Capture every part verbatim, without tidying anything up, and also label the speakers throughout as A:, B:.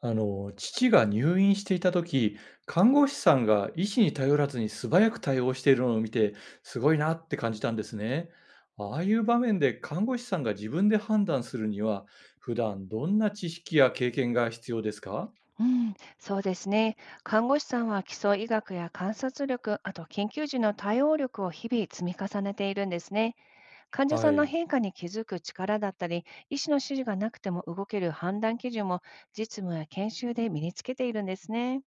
A: あの、父が入院していた時、看護師さんが医師に頼らずに素早く対応しているのを見て、すごいなって感じたんですね。ああいう場面で看護師さんが自分で判断するには、普段どんな知識や経験が必要ですか？
B: うん、そうですね。看護師さんは基礎医学や観察力、あと緊急時の対応力を日々積み重ねているんですね。患者
A: は
B: さんの
A: い。
B: 変化に気づく力だったり、医師の指示がなくても動ける判断基準も実務や研修で身につけているんですね。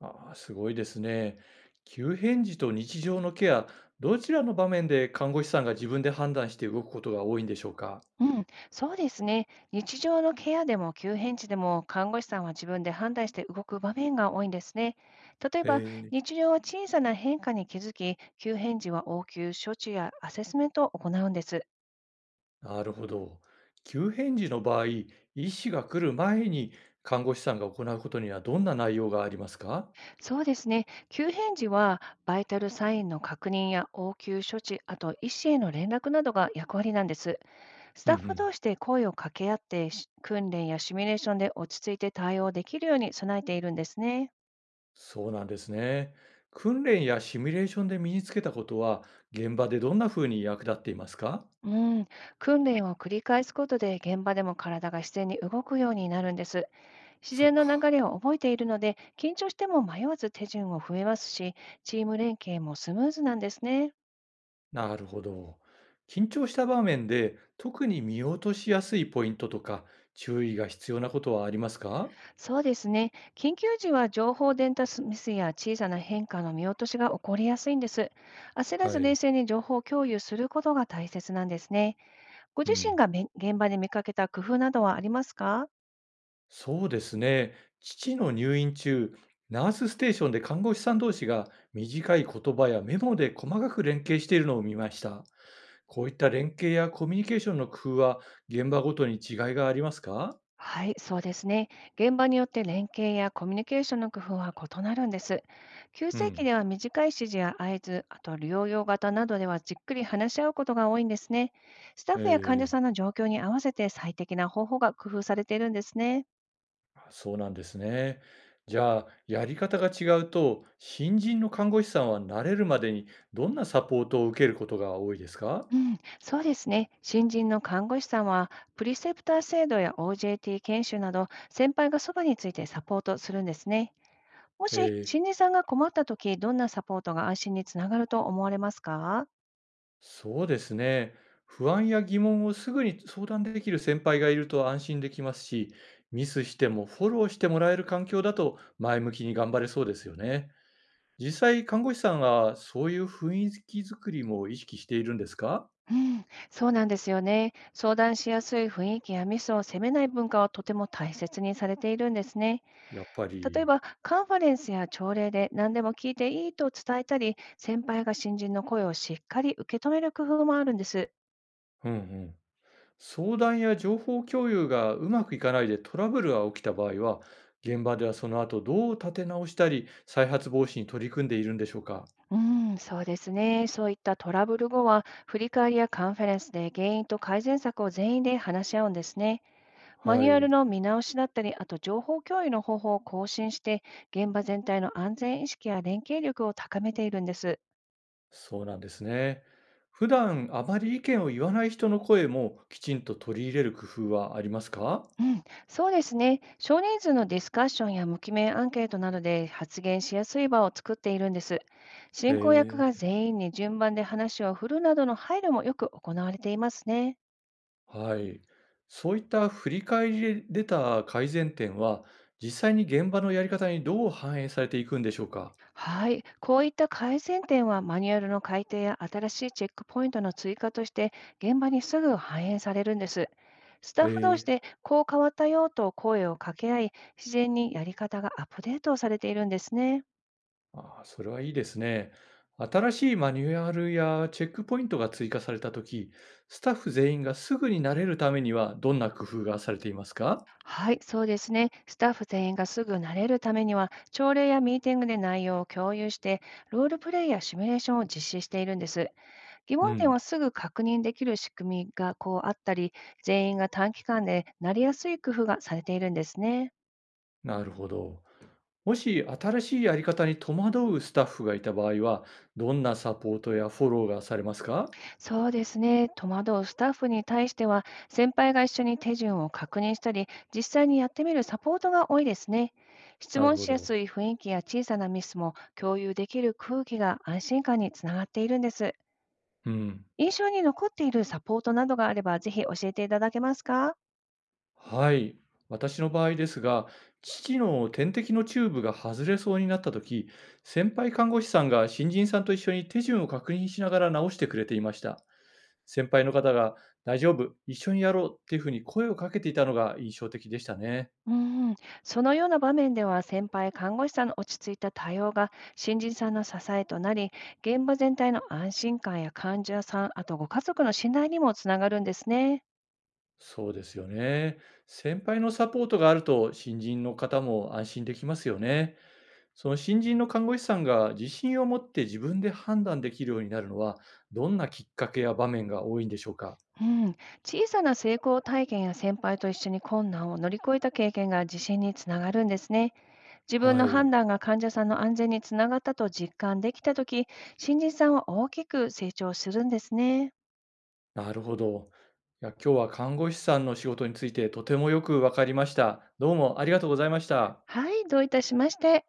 A: ああ、すごいですね。急変時と日常のケア、どちらの場面で看護師さんが自分で判断して動くことが多いんでしょうか？
B: うん、そうですね。日常のケアでも急変時でも看護師さんは自分で判断して動く場面が多いんですね。例え
A: へ
B: ば、
A: え、
B: 日常は小さな変化に気づき、急変時は応急処置やアセスメントを行うんです。
A: なるほど。急変時の場合、医師が来る前に看護師さんが行うことにはどんな内容がありますか？
B: そうですね。急変時は、バイタルサインの確認や応急処置、あと医師への連絡などが役割なんです。ス
A: うん
B: タ
A: う
B: ッフ
A: ん。
B: 同士で声を掛け合って、し訓練やシミュレーションで落ち着いて対応できるように備えているんですね。
A: そうなんですね。訓練やシミュレーションで身につけたことは、現場でどんな風に役立っていますか？
B: うん、訓練を繰り返すことで現場でも体が自然に動くようになるんです。自
A: そっ
B: 然の流
A: か。
B: れを覚えているので緊張しても迷わず手順を踏めますし、チーム連携もスムーズなんですね。
A: なるほど。緊張した場面で特に見落としやすいポイントとか注意が必要なことはありますか？
B: そうですね。緊急時は情報伝達ミスや小さな変化の見落としが起こりやすいんです。焦らず
A: は
B: 冷
A: い。
B: 静に情報を共有することが大切なんですね。ご
A: う
B: 自身
A: ん。
B: がめ現場で見かけた工夫などはありますか？
A: そうですね。父の入院中、ナースステーションで看護師さん同士が短い言葉やメモで細かく連携しているのを見ました。こういった連携やコミュニケーションの工夫は現場ごとに違いがありますか？
B: はい、そうですね。現場によって連携やコミュニケーションの工夫は異なるんです。急
A: う
B: 性期
A: ん。
B: では短い指示や合図、あと療養型などではじっくり話し合うことが多いんですね。スタッ
A: え
B: フや患者
A: ー
B: さんの状況に合わせて最適な方法が工夫されているんですね。
A: あ、そうなんですね。じゃあ、やり方が違うと、新人の看護師さんは慣れるまでにどんなサポートを受けることが多いですか？
B: うん、そうですね。新人の看護師さんは、プリセプター制度や オージェーティー 研修など、先輩がそばについてサポートするんですね。も
A: え
B: し、
A: ー。
B: 新人さんが困ったとき、どんなサポートが安心につながると思われますか？
A: そうですね。不安や疑問をすぐに相談できる先輩がいると安心できますし、ミスしてもフォローしてもらえる環境だと前向きに頑張れそうですよね。実際、看護師さんはそういう雰囲気作りも意識しているんですか？
B: うん、そうなんですよね。相談しやすい雰囲気やミスを責めない文化はとても大切にされているんですね。
A: やっぱ
B: 例え
A: り。
B: ば、カンファレンスや朝礼で何でも聞いていいと伝えたり、先輩が新人の声をしっかり受け止める工夫もあるんです。
A: うんうん。相談や情報共有がうまくいかないでトラブルが起きた場合は、現場ではその後どう立て直したり、再発防止に取り組んでいるんでしょうか？
B: うん、そうですね。そういったトラブル後は、振り返りやカンファレンスで原因と改善策を全員で話し合うんですね。マ
A: は
B: ニュアル
A: い。
B: の見直しだったり、あと情報共有の方法を更新して、現場全体の安全意識や連携力を高めているんです。
A: そうなんですね。普段あまり意見を言わない人の声もきちんと取り入れる工夫はありますか？
B: うん、そうですね。少人数のディスカッションや無記名アンケートなどで発言しやすい場を作っているんです。
A: へ
B: 進行役
A: え、
B: が全員に順番で話を振るなどの配慮もよく行われていますね。
A: はい。そういった振り返りで出た改善点は、実際に現場のやり方にどう反映されていくんでしょうか？
B: はい、こういった改善点はマニュアルの改定や新しいチェックポイントの追加として現場にすぐ反映されるんです。スタッ
A: え
B: フ同士
A: え、
B: でこう変わったよと声を掛け合い、自然にやり方がアップデートされているんですね。
A: ああ、それはいいですね。新しいマニュアルやチェックポイントが追加されたとき、スタッフ全員がすぐに慣れるためにはどんな工夫がされていますか？
B: はい、そうですね。スタッフ全員がすぐ慣れるためには、朝礼やミーティングで内容を共有して、ロールプレイやシミュレーションを実施しているんです。疑
A: う
B: 問点を
A: ん、
B: すぐ確認できる仕組みがこうあったり、全員が短期間でなりやすい工夫がされているんですね。
A: なるほど。もし新しいやり方に戸惑うスタッフがいた場合は、どんなサポートやフォローがされますか？
B: そうですね。戸惑うスタッフに対しては、先輩が一緒に手順を確認したり、実際にやってみるサポートが多いですね。質
A: なる
B: 問
A: ほ
B: しやす
A: ど。
B: い雰囲気や小さなミスも共有できる空気が安心感につながっているんです。
A: うん。
B: 印象に残っているサポートなどがあれば、ぜひ教えていただけますか？
A: はい。私の場合ですが、父の点滴のチューブが外れそうになった時、先輩看護師さんが新人さんと一緒に手順を確認しながら直してくれていました。先輩の方が、大丈夫、一緒にやろうっていうふうに声をかけていたのが印象的でしたね。
B: うん、そのような場面では先輩看護師さんの落ち着いた対応が新人さんの支えとなり、現場全体の安心感や患者さん、あとご家族の信頼にもつながるんですね。
A: そうですよね。先輩のサポートがあると、新人の方も安心できますよね。その新人の看護師さんが自信を持って自分で判断できるようになるのは、どんなきっかけや場面が多いんでしょうか。
B: うん、小さな成功体験や先輩と一緒に困難を乗り越えた経験が自信につながるんですね。自分
A: は
B: の判
A: い、
B: 断が患者さんの安全につながったと実感できたとき、新人さんは大きく成長するんですね。
A: なるほど。いや、今日は看護師さんの仕事についてとてもよくわかりました。どうもありがとうございました。
B: はい、どういたしまして。